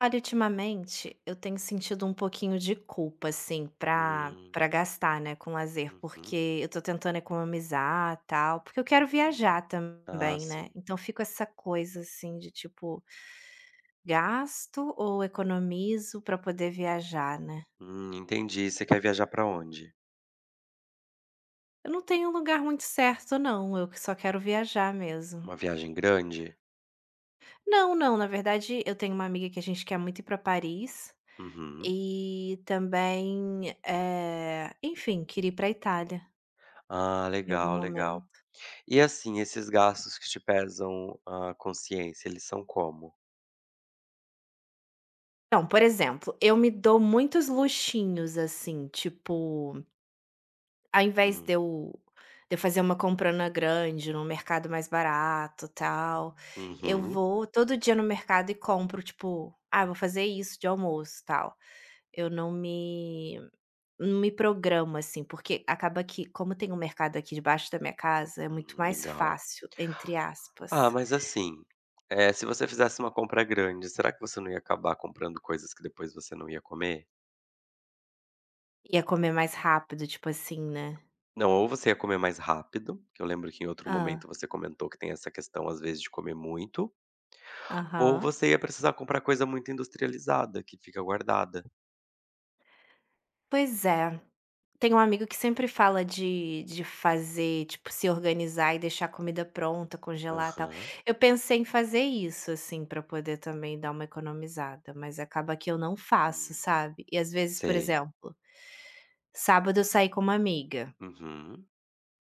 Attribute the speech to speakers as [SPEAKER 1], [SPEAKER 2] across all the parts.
[SPEAKER 1] Olha, ultimamente eu tenho sentido um pouquinho de culpa, assim, pra
[SPEAKER 2] Hum,
[SPEAKER 1] pra gastar, né, com lazer,
[SPEAKER 2] uhum,
[SPEAKER 1] porque eu tô tentando economizar, tal, porque eu quero
[SPEAKER 2] uhum.
[SPEAKER 1] viajar
[SPEAKER 2] Ah,
[SPEAKER 1] também, né.
[SPEAKER 2] sim.
[SPEAKER 1] Então fico essa coisa, assim, de tipo, gasto ou economizo pra poder viajar, né.
[SPEAKER 2] Entendi. Você quer viajar pra onde?
[SPEAKER 1] Eu não tenho um lugar muito certo não, eu só quero viajar mesmo.
[SPEAKER 2] Uma viagem grande?
[SPEAKER 1] Não, não, na verdade eu tenho uma amiga que a gente quer muito ir pra Paris.
[SPEAKER 2] Uhum.
[SPEAKER 1] E também, enfim, queria ir pra Itália
[SPEAKER 2] Ah,
[SPEAKER 1] em algum
[SPEAKER 2] legal, legal.
[SPEAKER 1] momento.
[SPEAKER 2] E assim, esses gastos que te pesam a consciência, eles são como?
[SPEAKER 1] Então, por exemplo, eu me dou muitos luxinhos, assim, tipo, ao invés de
[SPEAKER 2] Hum,
[SPEAKER 1] eu fazer uma comprona grande num mercado mais barato, tal, eu
[SPEAKER 2] uhum,
[SPEAKER 1] vou todo dia no mercado e compro, tipo: "Ah, vou fazer isso de almoço", tal. Eu não me programo, assim, porque acaba que como tem um mercado aqui debaixo da minha casa, é muito mais
[SPEAKER 2] legal.
[SPEAKER 1] "fácil", entre aspas.
[SPEAKER 2] Ah, mas assim, se você fizesse uma compra grande, será que você não ia acabar comprando coisas que depois você não ia comer?
[SPEAKER 1] Ia comer mais rápido, tipo assim, né.
[SPEAKER 2] Não, ou você ia comer mais rápido, que eu lembro que em outro momento
[SPEAKER 1] Ah.
[SPEAKER 2] você comentou que tem essa questão, às vezes, de comer muito. Ou
[SPEAKER 1] Aham.
[SPEAKER 2] você ia precisar comprar coisa muito industrializada, que fica guardada.
[SPEAKER 1] Pois é. Tem um amigo que sempre fala de fazer, tipo, se organizar e deixar a comida pronta, congelar, e tal.
[SPEAKER 2] Aham.
[SPEAKER 1] Eu pensei em fazer isso, assim, pra poder também dar uma economizada, mas acaba que eu não faço,
[SPEAKER 2] Hum.
[SPEAKER 1] sabe. E às vezes, por
[SPEAKER 2] Sei.
[SPEAKER 1] exemplo, sábado eu saí com uma amiga,
[SPEAKER 2] Uhum.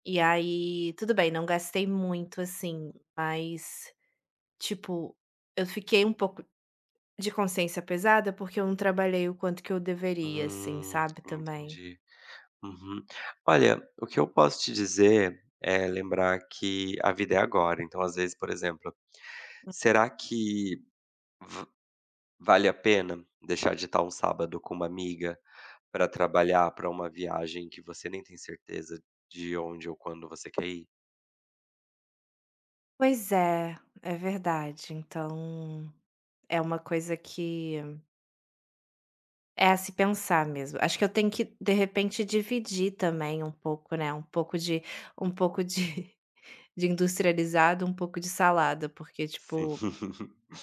[SPEAKER 1] e aí tudo bem, não gastei muito, assim, mas, tipo, eu fiquei um pouco de consciência pesada, porque eu não trabalhei o quanto que eu deveria, assim, sabe, também.
[SPEAKER 2] Entendi. Uhum. Olha, o que eu posso te dizer é lembrar que a vida é agora. Então, às vezes, por exemplo, será que v vale a pena deixar de estar um sábado com uma amiga para trabalhar para uma viagem que você nem tem certeza de onde ou quando você quer ir?
[SPEAKER 1] Pois é, é verdade. Então, é uma coisa que é a se pensar mesmo. Acho que eu tenho que, de repente, dividir também um pouco, né, um pouco de um pouco de de industrializado, um pouco de salada, porque, tipo,
[SPEAKER 2] Sim.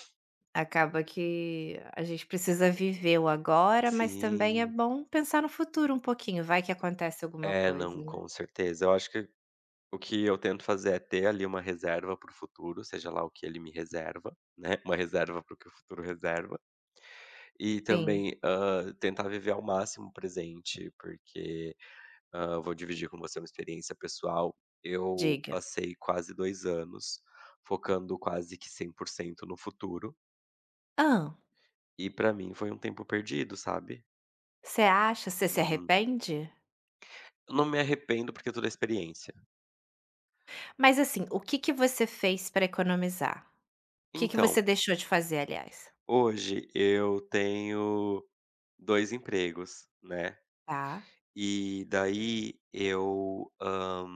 [SPEAKER 1] acaba que a gente precisa viver o agora, mas também é
[SPEAKER 2] Sim.
[SPEAKER 1] bom pensar no futuro um pouquinho, vai que acontece alguma
[SPEAKER 2] É,
[SPEAKER 1] coisa,
[SPEAKER 2] não,
[SPEAKER 1] né.
[SPEAKER 2] com certeza. Eu acho que o que eu tento fazer é ter ali uma reserva para o futuro, seja lá o que ele me reserva, né? Uma reserva para o que o futuro reserva. E
[SPEAKER 1] Sim,
[SPEAKER 2] também ah, tentar viver ao máximo o presente, porque ah, vou dividir com você uma experiência pessoal. Eu
[SPEAKER 1] diga.
[SPEAKER 2] passei quase 2 anos focando quase que 100% no futuro,
[SPEAKER 1] Ah.
[SPEAKER 2] e pra mim foi um tempo perdido, sabe?
[SPEAKER 1] Você acha? Você se
[SPEAKER 2] Uhum.
[SPEAKER 1] arrepende?
[SPEAKER 2] Eu não me arrependo porque é toda a experiência.
[SPEAKER 1] Mas assim, o que que você fez pra economizar? O que que você
[SPEAKER 2] Então,
[SPEAKER 1] deixou de fazer, aliás?
[SPEAKER 2] hoje eu tenho 2 empregos, né,
[SPEAKER 1] Tá.
[SPEAKER 2] e daí eu, hã,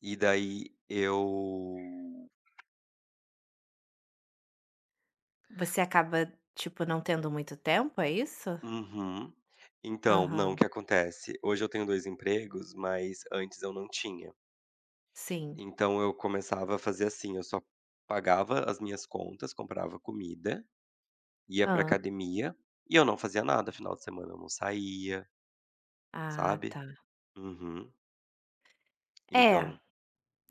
[SPEAKER 2] e daí eu
[SPEAKER 1] Você acaba, tipo, não tendo muito tempo, é isso?
[SPEAKER 2] uhum. Então, não, o
[SPEAKER 1] Aham,
[SPEAKER 2] que acontece? Hoje eu tenho 2 empregos, mas antes eu não tinha.
[SPEAKER 1] sim.
[SPEAKER 2] Então eu começava a fazer assim, eu só pagava as minhas contas, comprava comida, ia pra
[SPEAKER 1] Hã.
[SPEAKER 2] academia, e eu não fazia nada, final de semana eu não saía,
[SPEAKER 1] Ah,
[SPEAKER 2] sabe?
[SPEAKER 1] tá.
[SPEAKER 2] Uhum.
[SPEAKER 1] É,
[SPEAKER 2] Então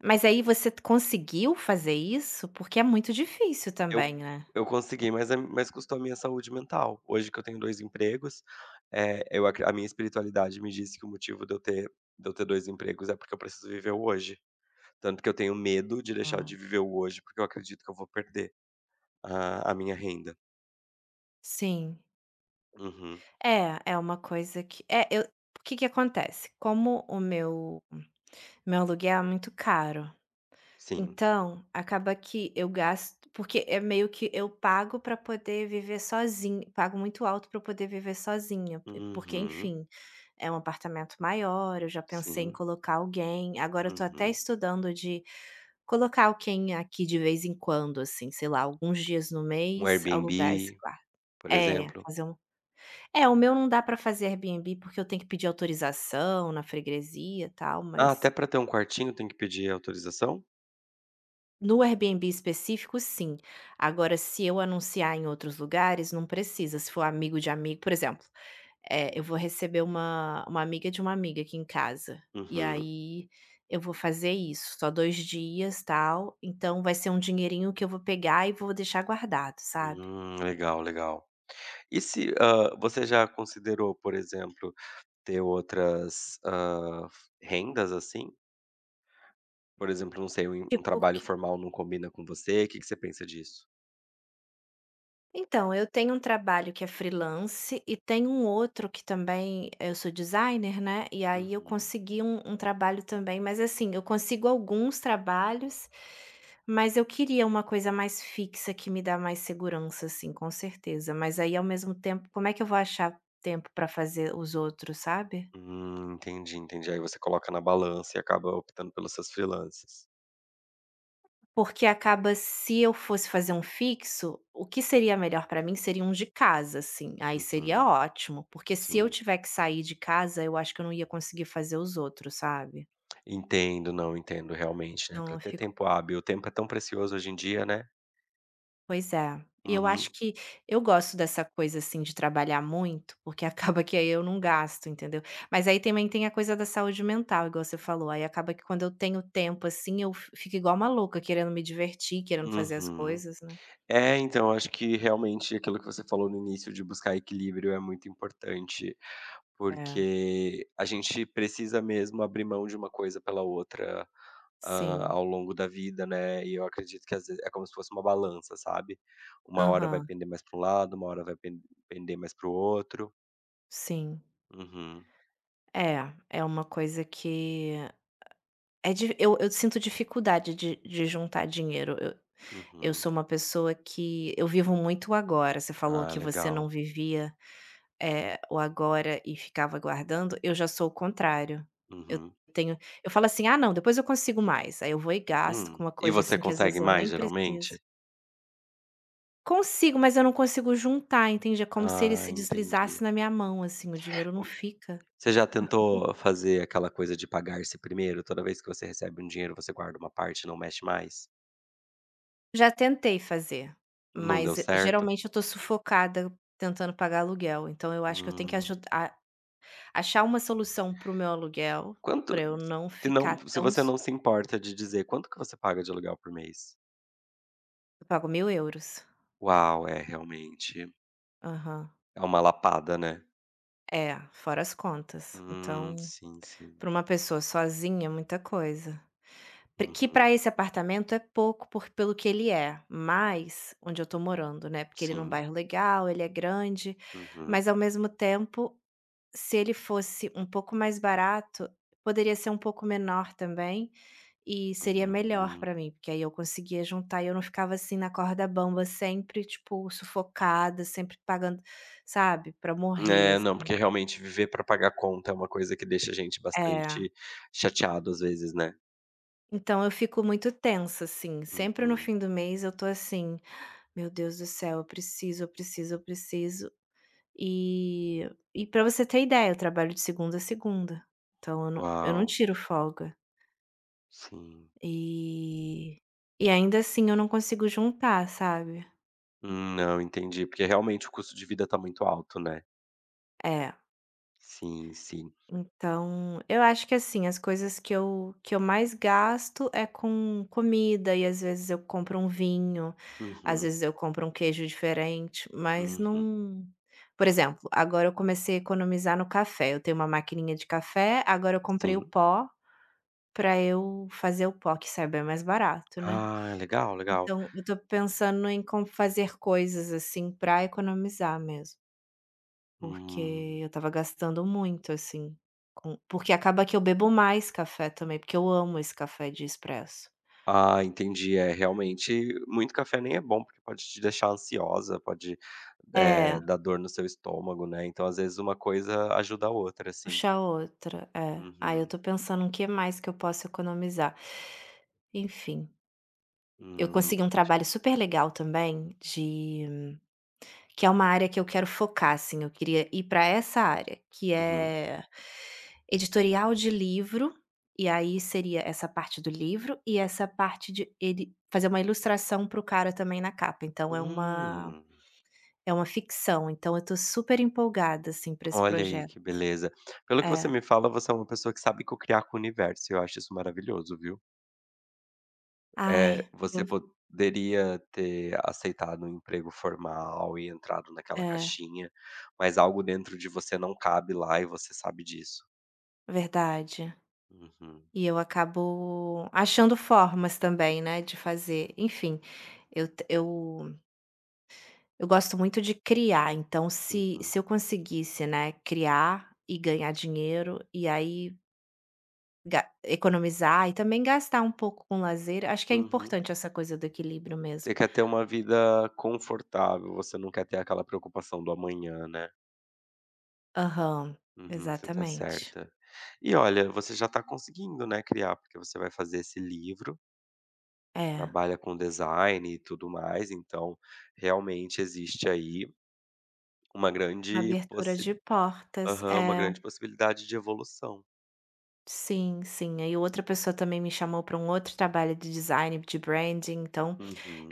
[SPEAKER 1] mas aí você t conseguiu fazer isso? Porque é muito difícil
[SPEAKER 2] Eu
[SPEAKER 1] também, né.
[SPEAKER 2] eu consegui, mas a mas custou a minha saúde mental. Hoje que eu tenho 2 empregos, eu acre a minha espiritualidade me disse que o motivo de eu ter 2 empregos é porque eu preciso viver o hoje. Tanto que eu tenho medo de deixar
[SPEAKER 1] Hã.
[SPEAKER 2] de viver o hoje, porque eu acredito que eu vou perder a minha renda.
[SPEAKER 1] Sim.
[SPEAKER 2] Uhum.
[SPEAKER 1] É, uma coisa que é, eu o que que acontece, como o meu aluguel é muito caro,
[SPEAKER 2] Sim.
[SPEAKER 1] então, acaba que eu gasto porque é meio que eu pago para poder viver sozinha, pago muito alto para poder viver sozinha, p porque,
[SPEAKER 2] Uhum.
[SPEAKER 1] enfim, é um apartamento maior. Eu já pensei em
[SPEAKER 2] Sim.
[SPEAKER 1] colocar alguém, agora eu tô até
[SPEAKER 2] Uhum.
[SPEAKER 1] estudando de colocar alguém aqui de vez em quando, assim, sei lá, alguns dias no
[SPEAKER 2] Um
[SPEAKER 1] mês, alugar esse
[SPEAKER 2] Airbnb,
[SPEAKER 1] quarto.
[SPEAKER 2] por
[SPEAKER 1] É,
[SPEAKER 2] exemplo.
[SPEAKER 1] fazer um é, o meu não dá para fazer Airbnb, porque eu tenho que pedir autorização na freguesia, e tal,
[SPEAKER 2] Ah, até
[SPEAKER 1] mas
[SPEAKER 2] para ter um quartinho tem que pedir autorização?
[SPEAKER 1] no Airbnb específico, sim. Agora, se eu anunciar em outros lugares, não precisa. Se for amigo de amigo, por exemplo, eu
[SPEAKER 2] Hum.
[SPEAKER 1] vou receber uma amiga de uma amiga aqui em casa. E
[SPEAKER 2] Uhum.
[SPEAKER 1] aí eu vou fazer isso, só 2 dias, tal. Então vai ser um dinheirinho que eu vou pegar e vou deixar guardado, sabe?
[SPEAKER 2] Legal, legal. E se, hã, você já considerou, por exemplo, ter outras, hã, rendas, assim? Por exemplo, não sei, um
[SPEAKER 1] Tipo.
[SPEAKER 2] trabalho formal não combina com você. O que que você pensa disso?
[SPEAKER 1] Então, eu tenho um trabalho que é freelance e tenho um outro que também, eu sou designer, né? E aí eu
[SPEAKER 2] Uhum.
[SPEAKER 1] consegui um trabalho também, mas assim, eu consigo alguns trabalhos, mas eu queria uma coisa mais fixa que me dá mais segurança, assim, com certeza. Mas aí, ao mesmo tempo, como é que eu vou achar tempo para fazer os outros, sabe?
[SPEAKER 2] Entendi, entendi. Aí você coloca na balança e acaba optando pelos seus freelances.
[SPEAKER 1] Porque acaba, se eu fosse fazer um fixo, o que seria melhor pra mim seria um de casa, assim, aí seria
[SPEAKER 2] Uhum,
[SPEAKER 1] ótimo, porque se eu
[SPEAKER 2] sim.
[SPEAKER 1] tiver que sair de casa, eu acho que eu não ia conseguir fazer os outros, sabe.
[SPEAKER 2] Entendo, não, entendo realmente, né,
[SPEAKER 1] Então
[SPEAKER 2] pra
[SPEAKER 1] eu
[SPEAKER 2] ter
[SPEAKER 1] fico
[SPEAKER 2] tempo hábil, o tempo é tão precioso hoje em dia, né.
[SPEAKER 1] Pois é. E eu acho
[SPEAKER 2] Uhum,
[SPEAKER 1] que eu gosto dessa coisa, assim, de trabalhar muito, porque acaba que aí eu não gasto, entendeu. Mas aí também tem a coisa da saúde mental, igual você falou, aí acaba que quando eu tenho tempo, assim, eu fi fico igual uma louca querendo me divertir, querendo fazer as
[SPEAKER 2] uhum.
[SPEAKER 1] coisas, né.
[SPEAKER 2] É, então, acho que realmente aquilo que você falou no início de buscar equilíbrio é muito importante.
[SPEAKER 1] É,
[SPEAKER 2] Porque a gente precisa mesmo abrir mão de uma coisa pela outra, hã,
[SPEAKER 1] sim.
[SPEAKER 2] ao longo da vida, né, e eu acredito que às vezes é como se fosse uma balança, sabe. Uma hora vai
[SPEAKER 1] Aham.
[SPEAKER 2] pender mais para um lado, uma hora vai pen pender mais para o outro.
[SPEAKER 1] Sim.
[SPEAKER 2] Uhum,
[SPEAKER 1] É, uma coisa que é di eu sinto dificuldade de juntar dinheiro. Eu
[SPEAKER 2] uhum.
[SPEAKER 1] sou uma pessoa que eu vivo muito o agora. Você falou
[SPEAKER 2] Ah,
[SPEAKER 1] que você não
[SPEAKER 2] legal.
[SPEAKER 1] vivia, o agora, e ficava guardando, eu já sou o contrário. Eu
[SPEAKER 2] Uhum,
[SPEAKER 1] tenho eu falo assim: "Ah, não, depois eu consigo mais". Aí eu vou e gasto com
[SPEAKER 2] hum.
[SPEAKER 1] uma
[SPEAKER 2] E
[SPEAKER 1] coisa,
[SPEAKER 2] você
[SPEAKER 1] assim, que às
[SPEAKER 2] consegue
[SPEAKER 1] vezes eu
[SPEAKER 2] mais,
[SPEAKER 1] nem preciso.
[SPEAKER 2] geralmente?
[SPEAKER 1] Consigo, mas eu não consigo juntar, entende? É como se ele
[SPEAKER 2] Ah,
[SPEAKER 1] se deslizasse
[SPEAKER 2] entendi.
[SPEAKER 1] na minha mão, assim, o dinheiro não
[SPEAKER 2] O
[SPEAKER 1] fica.
[SPEAKER 2] Você já tentou fazer aquela coisa de pagar-se primeiro? Toda vez que você recebe um dinheiro, você guarda uma parte e não mexe mais?
[SPEAKER 1] Já tentei fazer,
[SPEAKER 2] Não deu
[SPEAKER 1] mas
[SPEAKER 2] certo?
[SPEAKER 1] geralmente eu tô sufocada tentando pagar aluguel, então eu acho que eu tenho que
[SPEAKER 2] Hum.
[SPEAKER 1] ajudar achar uma solução para o meu aluguel,
[SPEAKER 2] Quanto,
[SPEAKER 1] pra eu não ficar
[SPEAKER 2] se
[SPEAKER 1] tão
[SPEAKER 2] você
[SPEAKER 1] su
[SPEAKER 2] não se importa de dizer, quanto que você paga de aluguel por mês?
[SPEAKER 1] eu pago 1.000 euros.
[SPEAKER 2] Uau, é realmente
[SPEAKER 1] Aham.
[SPEAKER 2] é uma lapada, né.
[SPEAKER 1] É, fora as contas. Então,
[SPEAKER 2] Sim, sim.
[SPEAKER 1] pra uma pessoa sozinha é muita coisa. P que
[SPEAKER 2] Uhum.
[SPEAKER 1] pra esse apartamento é pouco por pelo que ele é, mas onde eu tô morando, né, porque ele é num
[SPEAKER 2] Sim.
[SPEAKER 1] bairro legal, ele é grande,
[SPEAKER 2] Uhum.
[SPEAKER 1] mas ao mesmo tempo, se ele fosse um pouco mais barato, poderia ser um pouco menor também, e seria melhor
[SPEAKER 2] Hum.
[SPEAKER 1] pra mim, porque aí eu conseguia juntar e eu não ficava assim na corda bamba sempre, tipo, sufocada, sempre pagando, sabe, pra morrer,
[SPEAKER 2] É, não,
[SPEAKER 1] assim.
[SPEAKER 2] porque realmente viver para pagar conta é uma coisa que deixa a gente
[SPEAKER 1] É,
[SPEAKER 2] bastante chateado às vezes, né.
[SPEAKER 1] então eu fico muito tensa, assim, sempre no
[SPEAKER 2] Uhum.
[SPEAKER 1] fim do mês eu tô assim: "Meu Deus do céu, eu preciso, eu preciso, eu preciso". E e para você ter ideia, eu trabalho de segunda a segunda, então eu não eu
[SPEAKER 2] Uau,
[SPEAKER 1] não tiro folga.
[SPEAKER 2] sim.
[SPEAKER 1] E e ainda assim eu não consigo juntar, sabe.
[SPEAKER 2] Não, entendi, porque realmente o custo de vida tá muito alto, né.
[SPEAKER 1] É,
[SPEAKER 2] Sim, sim.
[SPEAKER 1] então eu acho que, assim, as coisas que eu mais gasto é com comida, e às vezes eu compro um vinho, às
[SPEAKER 2] Uhum,
[SPEAKER 1] vezes eu compro um queijo diferente, mas
[SPEAKER 2] uhum.
[SPEAKER 1] não. Por exemplo, agora eu comecei a economizar no café, eu tenho uma maquininha de café, agora eu comprei o
[SPEAKER 2] Sim.
[SPEAKER 1] pó para eu fazer o pó que sai bem mais barato, né.
[SPEAKER 2] Ah, legal, legal.
[SPEAKER 1] Então, eu tô pensando em como fazer coisas, assim, pra economizar mesmo, porque
[SPEAKER 2] Hum.
[SPEAKER 1] eu estava gastando muito, assim, com porque acaba que eu bebo mais café também, porque eu amo esse café de expresso.
[SPEAKER 2] Ah, entendi. É, realmente, muito café nem é bom, porque pode te deixar ansiosa, pode,
[SPEAKER 1] É,
[SPEAKER 2] dar dor no seu estômago, né. Então, às vezes, uma coisa ajuda a outra, assim.
[SPEAKER 1] puxar outra, é. Aí eu
[SPEAKER 2] Uhum.
[SPEAKER 1] tô pensando o que mais que eu posso economizar. Enfim, eu consegui um trabalho
[SPEAKER 2] Entendi.
[SPEAKER 1] super legal também, de que é uma área que eu quero focar, assim, eu queria ir para essa área, que
[SPEAKER 2] Uhum.
[SPEAKER 1] é editorial de livro, e aí seria essa parte do livro e essa parte de ele fazer uma ilustração para o cara também na capa, então
[SPEAKER 2] Hum.
[SPEAKER 1] é uma ficção, então eu tô super empolgada, assim, para esse
[SPEAKER 2] Olha aí,
[SPEAKER 1] projeto.
[SPEAKER 2] que beleza. Pelo que você
[SPEAKER 1] É.
[SPEAKER 2] me fala, você é uma pessoa que sabe co-criar com o universo, e eu acho isso maravilhoso, viu. É,
[SPEAKER 1] Ai, eu
[SPEAKER 2] você poderia ter aceitado um emprego formal e entrado naquela
[SPEAKER 1] é,
[SPEAKER 2] caixinha, mas algo dentro de você não cabe lá e você sabe disso.
[SPEAKER 1] verdade.
[SPEAKER 2] Uhum,
[SPEAKER 1] E eu acabo achando formas também, né, de fazer, enfim, eu t eu gosto muito de criar, então se
[SPEAKER 2] uhum,
[SPEAKER 1] se eu conseguisse, né, criar e ganhar dinheiro, e aí ga economizar e também gastar um pouco com lazer, acho que é
[SPEAKER 2] uhum.
[SPEAKER 1] importante essa coisa do equilíbrio
[SPEAKER 2] Você
[SPEAKER 1] mesmo.
[SPEAKER 2] quer ter uma vida confortável, você não quer ter aquela preocupação do amanhã, né.
[SPEAKER 1] Aham,
[SPEAKER 2] Uhum, você tá
[SPEAKER 1] exatamente.
[SPEAKER 2] certa. E olha, você já tá conseguindo, né, criar, porque você vai fazer esse livro,
[SPEAKER 1] É,
[SPEAKER 2] trabalha com design e tudo mais, então realmente existe aí uma
[SPEAKER 1] uma
[SPEAKER 2] grande
[SPEAKER 1] abertura
[SPEAKER 2] possi
[SPEAKER 1] de portas,
[SPEAKER 2] Aham, uma
[SPEAKER 1] é.
[SPEAKER 2] grande possibilidade de evolução.
[SPEAKER 1] Sim, sim. Aí outra pessoa também me chamou para um outro trabalho de design, de branding, então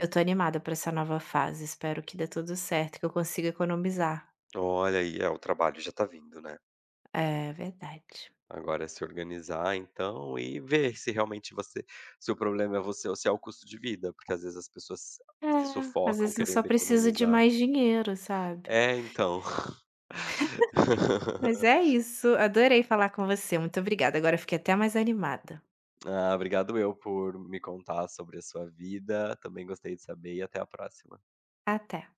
[SPEAKER 1] eu tô animada para essa nova fase, espero que dê tudo certo, que eu consiga economizar.
[SPEAKER 2] Olha aí, é, o trabalho já tá vindo, né.
[SPEAKER 1] É, verdade.
[SPEAKER 2] Agora é se organizar então e ver se o problema é você ou se é o custo de vida, porque às vezes as pessoas
[SPEAKER 1] É,
[SPEAKER 2] se
[SPEAKER 1] às
[SPEAKER 2] sufocam
[SPEAKER 1] vezes eu só
[SPEAKER 2] querendo
[SPEAKER 1] preciso de
[SPEAKER 2] economizar.
[SPEAKER 1] mais dinheiro, sabe.
[SPEAKER 2] É, então.
[SPEAKER 1] Mas é isso, adorei falar com você, muito obrigada, agora eu fiquei até mais animada.
[SPEAKER 2] Ah, obrigado eu por me contar sobre a sua vida, também gostei de saber e até a próxima.
[SPEAKER 1] Até.